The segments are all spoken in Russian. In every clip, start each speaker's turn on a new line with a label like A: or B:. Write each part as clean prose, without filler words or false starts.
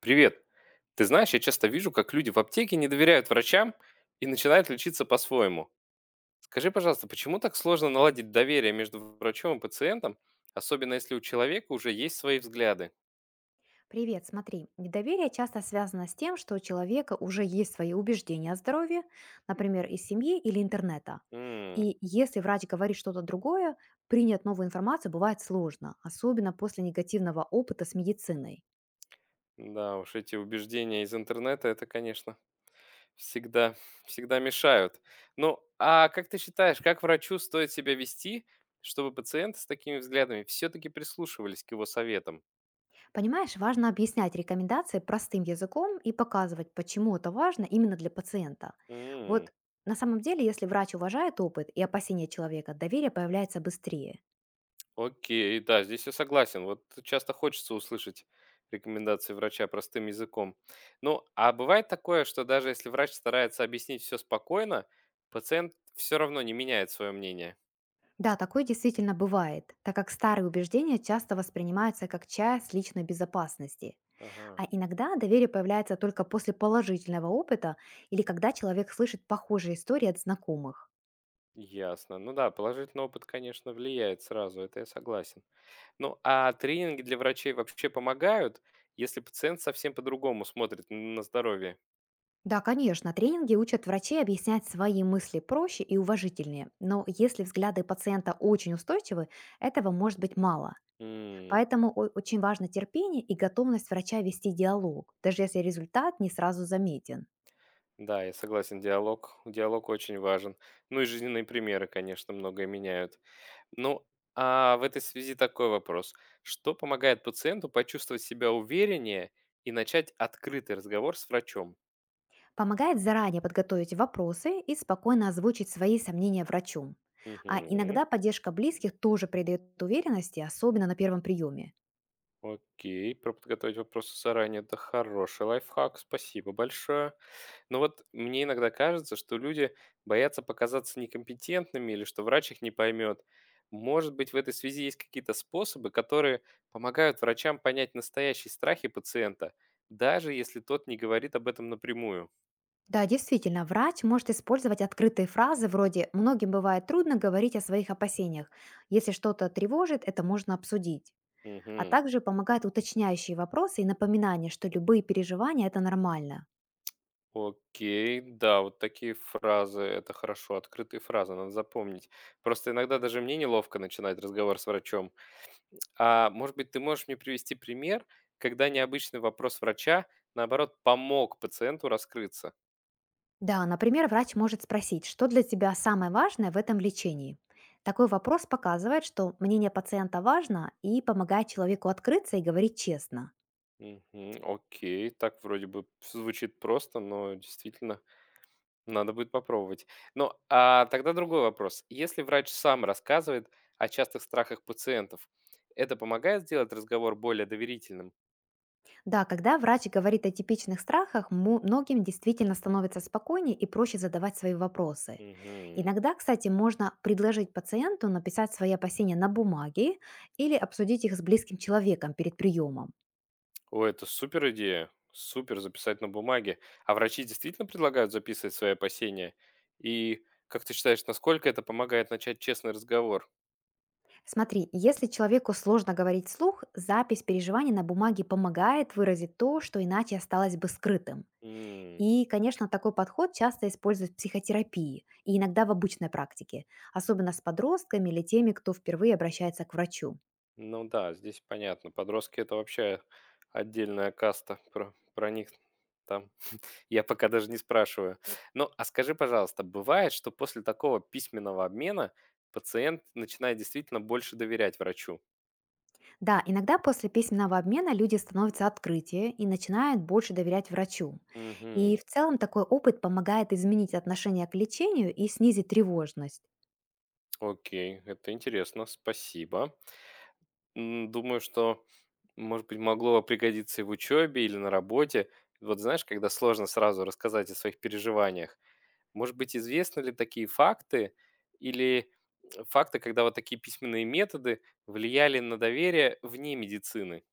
A: Привет. Ты знаешь, я часто вижу, как люди в аптеке не доверяют врачам и начинают лечиться по-своему. Скажи, пожалуйста, почему так сложно наладить доверие между врачом и пациентом, особенно если у человека уже есть свои взгляды?
B: Привет, смотри, недоверие часто связано с тем, что у человека уже есть свои убеждения о здоровье, например, из семьи или интернета.
A: М.
B: И если врач говорит что-то другое, принять новую информацию бывает сложно, особенно после негативного опыта с медициной.
A: Да уж, эти убеждения из интернета, это, конечно, всегда, всегда мешают. Ну, а как ты считаешь, как врачу стоит себя вести, чтобы пациенты с такими взглядами все-таки прислушивались к его советам?
B: Понимаешь, важно объяснять рекомендации простым языком и показывать, почему это важно именно для пациента. Вот на самом деле, если врач уважает опыт и опасения человека, доверие появляется быстрее.
A: Окей, да, здесь я согласен. Вот часто хочется услышать рекомендации врача простым языком. Ну, а бывает такое, что даже если врач старается объяснить все спокойно, пациент все равно не меняет свое мнение.
B: Да, такое действительно бывает, так как старые убеждения часто воспринимаются как часть личной безопасности. А
A: Ага,
B: иногда доверие появляется только после положительного опыта или когда человек слышит похожие истории от знакомых.
A: ясно. Ну да, положительный опыт, конечно, влияет сразу, это я согласен. Ну, а тренинги для врачей вообще помогают, если пациент совсем по-другому смотрит на здоровье?
B: Да, конечно, тренинги учат врачей объяснять свои мысли проще и уважительнее, но если взгляды пациента очень устойчивы, этого может быть мало. Поэтому очень важно терпение и готовность врача вести диалог, даже если результат не сразу заметен.
A: Да, я согласен, диалог очень важен. Ну и жизненные примеры, конечно, многое меняют. Ну, а в этой связи такой вопрос. Что помогает пациенту почувствовать себя увереннее и начать открытый разговор с врачом?
B: Помогает заранее подготовить вопросы и спокойно озвучить свои сомнения врачу. А
A: Мгм.
B: иногда поддержка близких тоже придает уверенности, особенно на первом приеме.
A: Окей, про подготовить вопросы заранее. Это хороший лайфхак, спасибо большое. Но вот мне иногда кажется, что люди боятся показаться некомпетентными или что врач их не поймет. Может быть, в этой связи есть какие-то способы, которые помогают врачам понять настоящие страхи пациента, даже если тот не говорит об этом напрямую.
B: Да, действительно, врач может использовать открытые фразы вроде «многим бывает трудно говорить о своих опасениях. Если что-то тревожит, это можно обсудить». А
A: Угу.
B: также помогает уточняющие вопросы и напоминание, что любые переживания– это нормально.
A: Окей, да, вот такие фразы, это хорошо, открытые фразы, надо запомнить. Просто иногда даже мне неловко начинать разговор с врачом. А, может быть, ты можешь мне привести пример, когда необычный вопрос врача, наоборот, помог пациенту раскрыться?
B: Да, например, врач может спросить, что для тебя самое важное в этом лечении. Такой вопрос показывает, что мнение пациента важно и помогает человеку открыться и говорить честно.
A: Мгм. Окей, так вроде бы звучит просто, но действительно надо будет попробовать. Ну, а тогда другой вопрос. Если врач сам рассказывает о частых страхах пациентов, это помогает сделать разговор более доверительным?
B: Да, когда врач говорит о типичных страхах, многим действительно становится спокойнее и проще задавать свои вопросы.
A: Мгм.
B: Иногда, кстати, можно предложить пациенту написать свои опасения на бумаге или обсудить их с близким человеком перед приемом.
A: О, это супер идея. Супер записать на бумаге. А врачи действительно предлагают записывать свои опасения? И как ты считаешь, насколько это помогает начать честный разговор?
B: Смотри, если человеку сложно говорить вслух, запись переживаний на бумаге помогает выразить то, что иначе осталось бы скрытым.
A: М.
B: И, конечно, такой подход часто используют в психотерапии и иногда в обычной практике, особенно с подростками или теми, кто впервые обращается к врачу.
A: Ну да, здесь понятно. Подростки это вообще отдельная каста. Про них там я пока даже не спрашиваю. Ну, а скажи, пожалуйста, бывает, что после такого письменного обмена пациент начинает действительно больше доверять врачу?
B: Да, иногда после письменного обмена люди становятся открытие и начинают больше доверять врачу. И
A: Угу.
B: в целом такой опыт помогает изменить отношение к лечению и снизить тревожность.
A: Окей, это интересно, спасибо. М, думаю, что, может быть, могло бы пригодиться и в учебе, или на работе. Вот знаешь, когда сложно сразу рассказать о своих переживаниях. Может быть, известны ли такие факты или факты, когда вот такие письменные методы влияли на доверие вне медицины?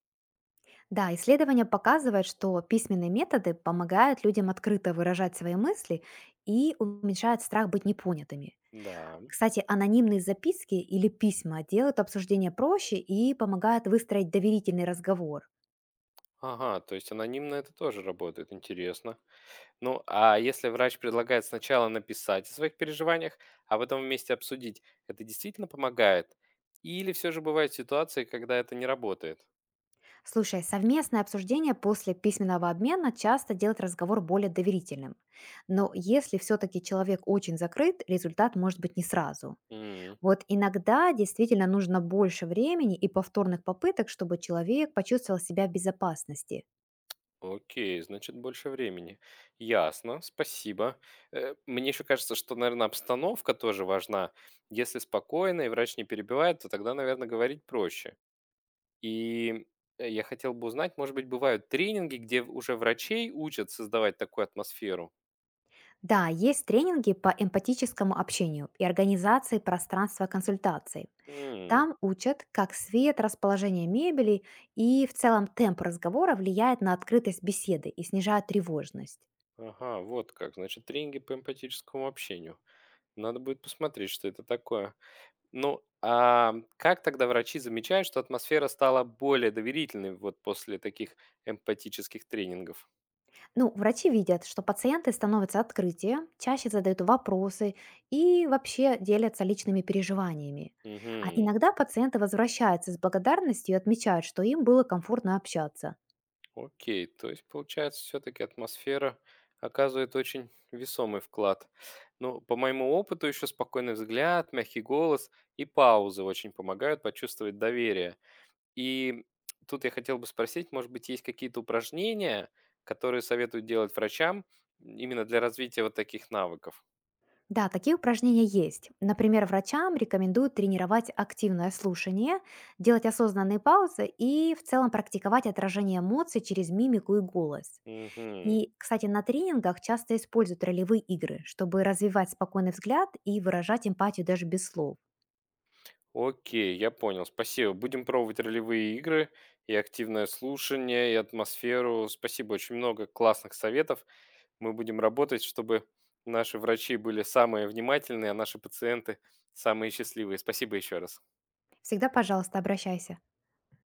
B: Да, исследования показывают, что письменные методы помогают людям открыто выражать свои мысли и уменьшают страх быть непонятыми.
A: Да.
B: Кстати, анонимные записки или письма делают обсуждение проще и помогают выстроить доверительный разговор.
A: Ага, то есть анонимно это тоже работает, интересно. Ну, а если врач предлагает сначала написать о своих переживаниях, а потом вместе обсудить, это действительно помогает? Или все же бывают ситуации, когда это не работает?
B: Слушай, совместное обсуждение после письменного обмена часто делает разговор более доверительным. Но если все-таки человек очень закрыт, результат может быть не сразу.
A: М,
B: Вот иногда действительно нужно больше времени и повторных попыток, чтобы человек почувствовал себя в безопасности.
A: окей, значит, больше времени. Ясно, спасибо. Мне еще кажется, что, наверное, обстановка тоже важна. Если спокойно и врач не перебивает, то тогда, наверное, говорить проще. И я хотел бы узнать, может быть, бывают тренинги, где уже врачей учат создавать такую атмосферу?
B: Да, есть тренинги по эмпатическому общению и организации пространства консультаций. Там учат, как свет, расположение мебели и в целом темп разговора влияет на открытость беседы и снижает тревожность.
A: Ага, вот как. Значит, тренинги по эмпатическому общению. Надо будет посмотреть, что это такое. Ну, а как тогда врачи замечают, что атмосфера стала более доверительной вот после таких эмпатических тренингов?
B: Ну, врачи видят, что пациенты становятся открытие, чаще задают вопросы и вообще делятся личными переживаниями. А
A: Угу,
B: иногда пациенты возвращаются с благодарностью и отмечают, что им было комфортно общаться.
A: окей. То есть, получается, все-таки атмосфера оказывает очень весомый вклад. Ну, по моему опыту, еще спокойный взгляд, мягкий голос и паузы очень помогают почувствовать доверие. И тут я хотел бы спросить, может быть, есть какие-то упражнения, которые советуют делать врачам именно для развития вот таких навыков?
B: Да, такие упражнения есть. Например, врачам рекомендуют тренировать активное слушание, делать осознанные паузы и в целом практиковать отражение эмоций через мимику и голос.
A: Мгм.
B: И, кстати, на тренингах часто используют ролевые игры, чтобы развивать спокойный взгляд и выражать эмпатию даже без слов.
A: Окей, я понял. Спасибо. Будем пробовать ролевые игры и активное слушание, и атмосферу. Спасибо. Очень много классных советов. Мы будем работать, чтобы наши врачи были самые внимательные, а наши пациенты самые счастливые. Спасибо еще раз.
B: Всегда, пожалуйста, обращайся.